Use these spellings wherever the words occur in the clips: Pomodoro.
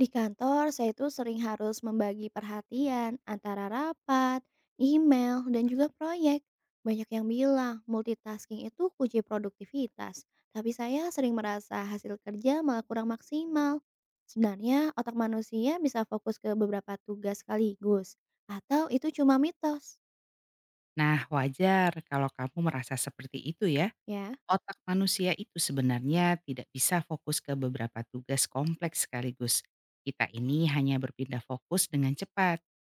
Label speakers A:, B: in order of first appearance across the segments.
A: Di kantor, saya itu sering harus membagi perhatian antara rapat, email, dan juga proyek. Banyak yang bilang multitasking itu kunci produktivitas, tapi saya sering merasa hasil kerja malah kurang maksimal. Sebenarnya, otak manusia bisa fokus ke beberapa tugas sekaligus, atau itu cuma mitos,
B: Nah, wajar kalau kamu merasa seperti itu ya.
A: ya?
B: Otak manusia itu sebenarnya tidak bisa fokus ke beberapa tugas kompleks sekaligus. Kita ini hanya berpindah fokus dengan cepat.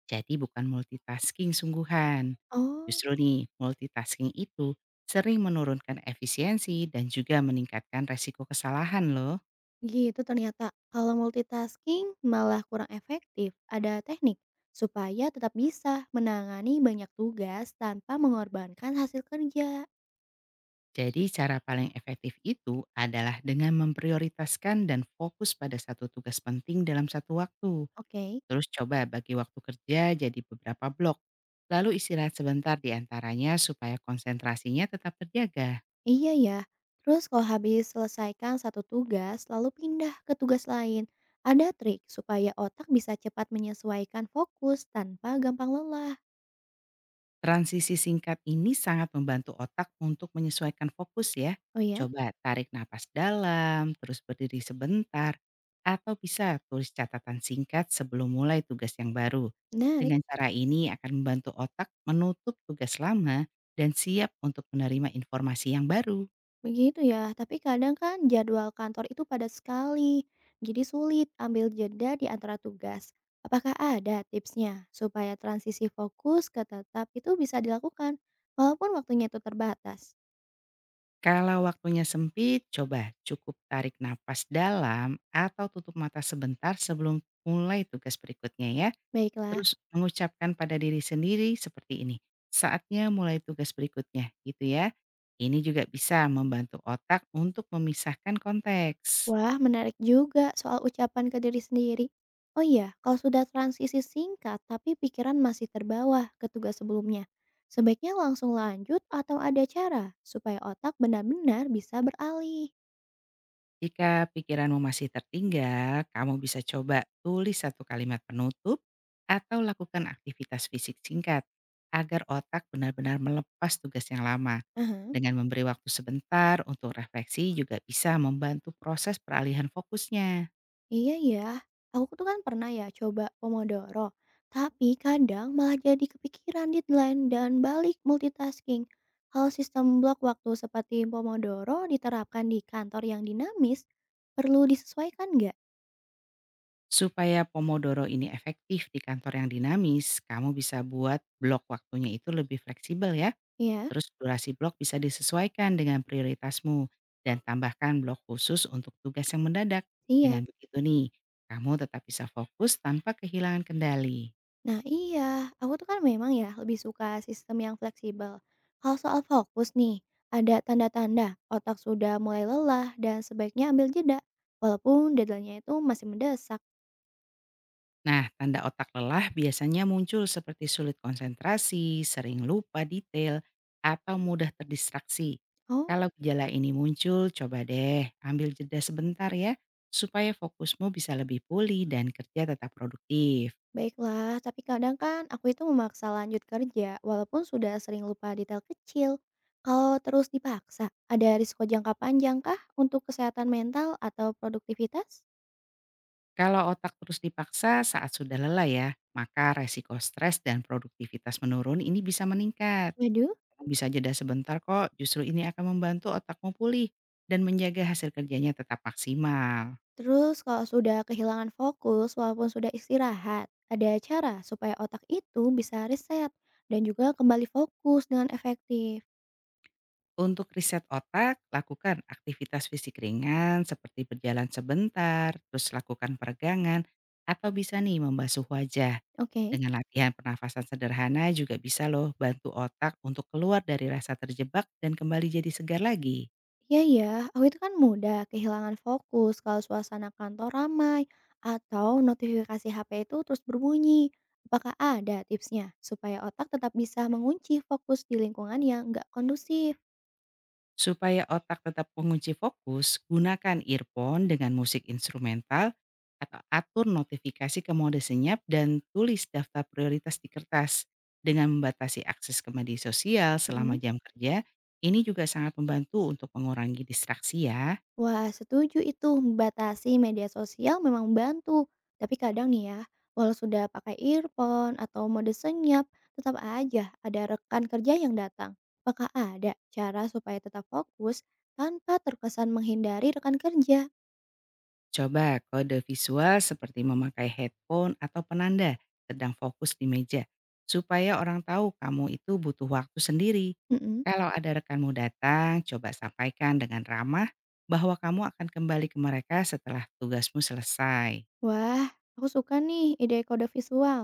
B: Jadi bukan multitasking sungguhan.
A: Oh.
B: Justru nih, multitasking itu sering menurunkan efisiensi dan juga meningkatkan resiko kesalahan loh.
A: Gitu ternyata. Kalau multitasking malah kurang efektif. Ada teknik supaya tetap bisa menangani banyak tugas tanpa mengorbankan hasil kerja.
B: Jadi cara paling efektif itu adalah dengan memprioritaskan dan fokus pada satu tugas penting dalam satu waktu.
A: Oke.
B: Terus coba bagi waktu kerja jadi beberapa blok. Lalu istirahat sebentar di antaranya supaya konsentrasinya tetap terjaga.
A: Iya ya. Terus kalau habis selesaikan satu tugas lalu pindah ke tugas lain, ada trik supaya otak bisa cepat menyesuaikan fokus tanpa gampang lelah.
B: Transisi singkat ini sangat membantu otak untuk menyesuaikan fokus ya.
A: Oh ya?
B: Coba tarik napas dalam, terus berdiri sebentar, atau bisa tulis catatan singkat sebelum mulai tugas yang baru.
A: Menarik.
B: Dengan cara ini akan membantu otak menutup tugas lama dan siap untuk menerima informasi yang baru.
A: Begitu ya, tapi kadang kan jadwal kantor itu padat sekali, jadi sulit ambil jeda di antara tugas. Apakah ada tipsnya supaya transisi fokus ke tetap itu bisa dilakukan walaupun waktunya itu terbatas?
B: Kalau waktunya sempit, coba cukup tarik nafas dalam atau tutup mata sebentar sebelum mulai tugas berikutnya ya.
A: Baiklah.
B: Terus mengucapkan pada diri sendiri seperti ini, saatnya mulai tugas berikutnya gitu ya. Ini juga bisa membantu otak untuk memisahkan konteks.
A: Wah, menarik juga soal ucapan ke diri sendiri. Oh iya, kalau sudah transisi singkat tapi pikiran masih terbawa ke tugas sebelumnya, sebaiknya langsung lanjut atau ada cara supaya otak benar-benar bisa beralih.
B: Jika pikiranmu masih tertinggal, kamu bisa coba tulis satu kalimat penutup atau lakukan aktivitas fisik singkat agar otak benar-benar melepas tugas yang lama.
A: Aha.
B: Dengan memberi waktu sebentar untuk refleksi juga bisa membantu proses peralihan fokusnya.
A: Iya ya, aku tuh kan pernah ya coba Pomodoro, tapi kadang malah jadi kepikiran deadline dan balik multitasking. Kalau sistem blok waktu seperti Pomodoro diterapkan di kantor yang dinamis, perlu disesuaikan nggak?
B: Supaya Pomodoro ini efektif di kantor yang dinamis, kamu bisa buat blok waktunya itu lebih fleksibel ya.
A: Ya.
B: Terus durasi blok bisa disesuaikan dengan prioritasmu dan tambahkan blok khusus untuk tugas yang mendadak. Dengan
A: Siap.
B: begitu nih, kamu tetap bisa fokus tanpa kehilangan kendali.
A: Nah iya, aku tuh kan memang ya lebih suka sistem yang fleksibel. Kalau soal fokus nih, ada tanda-tanda otak sudah mulai lelah dan sebaiknya ambil jeda, walaupun deadline-nya itu masih mendesak.
B: Nah, tanda otak lelah biasanya muncul seperti sulit konsentrasi, sering lupa detail, atau mudah terdistraksi.
A: Oh.
B: Kalau gejala ini muncul, coba deh ambil jeda sebentar ya, supaya fokusmu bisa lebih pulih dan kerja tetap produktif.
A: Baiklah, tapi kadang kan aku itu memaksa lanjut kerja walaupun sudah sering lupa detail kecil. Kalau terus dipaksa, ada risiko jangka panjang kah untuk kesehatan mental atau produktivitas?
B: Kalau otak terus dipaksa saat sudah lelah ya, maka resiko stres dan produktivitas menurun ini bisa meningkat.
A: Waduh.
B: Bisa jeda sebentar kok, justru ini akan membantu otakmu pulih dan menjaga hasil kerjanya tetap maksimal.
A: Terus kalau sudah kehilangan fokus walaupun sudah istirahat, ada cara supaya otak itu bisa reset dan juga kembali fokus dengan efektif.
B: Untuk riset otak, lakukan aktivitas fisik ringan seperti berjalan sebentar, terus lakukan peregangan, atau bisa nih membasuh wajah.
A: Oke.
B: Dengan latihan pernafasan sederhana juga bisa loh bantu otak untuk keluar dari rasa terjebak dan kembali jadi segar lagi.
A: Iya ya, aku itu kan mudah kehilangan fokus kalau suasana kantor ramai atau notifikasi HP itu terus berbunyi. Apakah ada tipsnya supaya otak tetap bisa mengunci fokus di lingkungan yang nggak kondusif?
B: Supaya otak tetap mengunci fokus, gunakan earphone dengan musik instrumental atau atur notifikasi ke mode senyap dan tulis daftar prioritas di kertas. Dengan membatasi akses ke media sosial
A: Mm.
B: selama jam kerja, ini juga sangat membantu untuk mengurangi distraksi ya.
A: Wah, setuju itu membatasi media sosial memang membantu. Tapi kadang nih ya, walau sudah pakai earphone atau mode senyap, tetap aja ada rekan kerja yang datang. Apakah ada cara supaya tetap fokus tanpa terkesan menghindari rekan kerja?
B: Coba kode visual seperti memakai headphone atau penanda sedang fokus di meja, supaya orang tahu kamu itu butuh waktu sendiri.
A: Mhm.
B: Kalau ada rekanmu datang, coba sampaikan dengan ramah bahwa kamu akan kembali ke mereka setelah tugasmu selesai.
A: Wah, aku suka nih ide kode visual.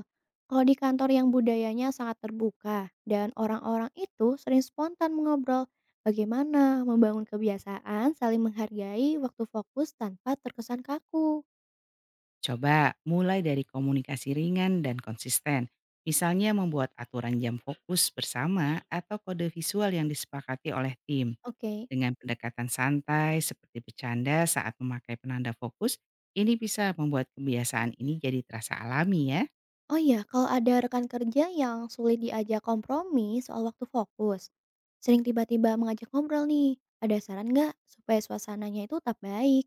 A: Kalau di kantor yang budayanya sangat terbuka dan orang-orang itu sering spontan mengobrol, bagaimana membangun kebiasaan saling menghargai waktu fokus tanpa terkesan kaku?
B: Coba mulai dari komunikasi ringan dan konsisten. Misalnya membuat aturan jam fokus bersama atau kode visual yang disepakati oleh tim.
A: Oke.
B: Dengan pendekatan santai seperti bercanda saat memakai penanda fokus, ini bisa membuat kebiasaan ini jadi terasa alami ya.
A: Oh iya, kalau ada rekan kerja yang sulit diajak kompromi soal waktu fokus, sering tiba-tiba mengajak ngobrol nih, ada saran nggak supaya suasananya itu tetap baik?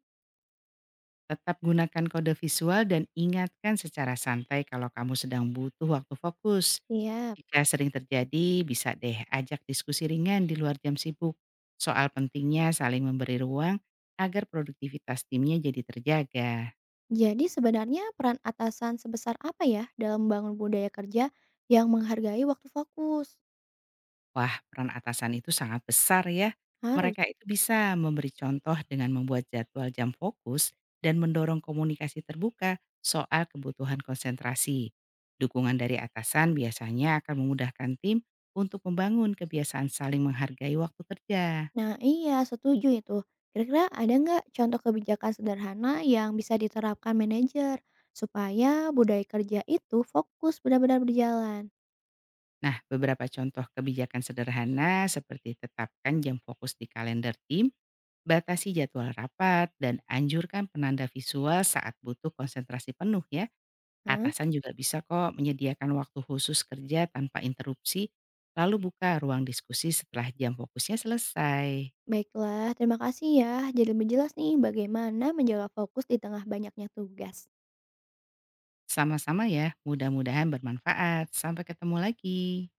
B: Tetap gunakan kode visual dan ingatkan secara santai kalau kamu sedang butuh waktu fokus.
A: Iya.
B: Jika sering terjadi, bisa deh ajak diskusi ringan di luar jam sibuk. Soal pentingnya saling memberi ruang agar produktivitas timnya jadi terjaga.
A: Jadi sebenarnya peran atasan sebesar apa ya dalam membangun budaya kerja yang menghargai waktu fokus?
B: Wah, peran atasan itu sangat besar ya.
A: Harus.
B: Mereka itu bisa memberi contoh dengan membuat jadwal jam fokus dan mendorong komunikasi terbuka soal kebutuhan konsentrasi. Dukungan dari atasan biasanya akan memudahkan tim untuk membangun kebiasaan saling menghargai waktu kerja.
A: Nah iya setuju itu. Kira-kira ada nggak contoh kebijakan sederhana yang bisa diterapkan manajer supaya budaya kerja itu fokus benar-benar berjalan?
B: Nah, beberapa contoh kebijakan sederhana seperti tetapkan jam fokus di kalender tim, batasi jadwal rapat, dan anjurkan penanda visual saat butuh konsentrasi penuh ya.
A: Hah?
B: Atasan juga bisa kok menyediakan waktu khusus kerja tanpa interupsi, lalu buka ruang diskusi setelah jam fokusnya selesai.
A: Baiklah, terima kasih ya. Jadi lebih jelas nih bagaimana menjaga fokus di tengah banyaknya tugas.
B: Sama-sama ya, mudah-mudahan bermanfaat. Sampai ketemu lagi.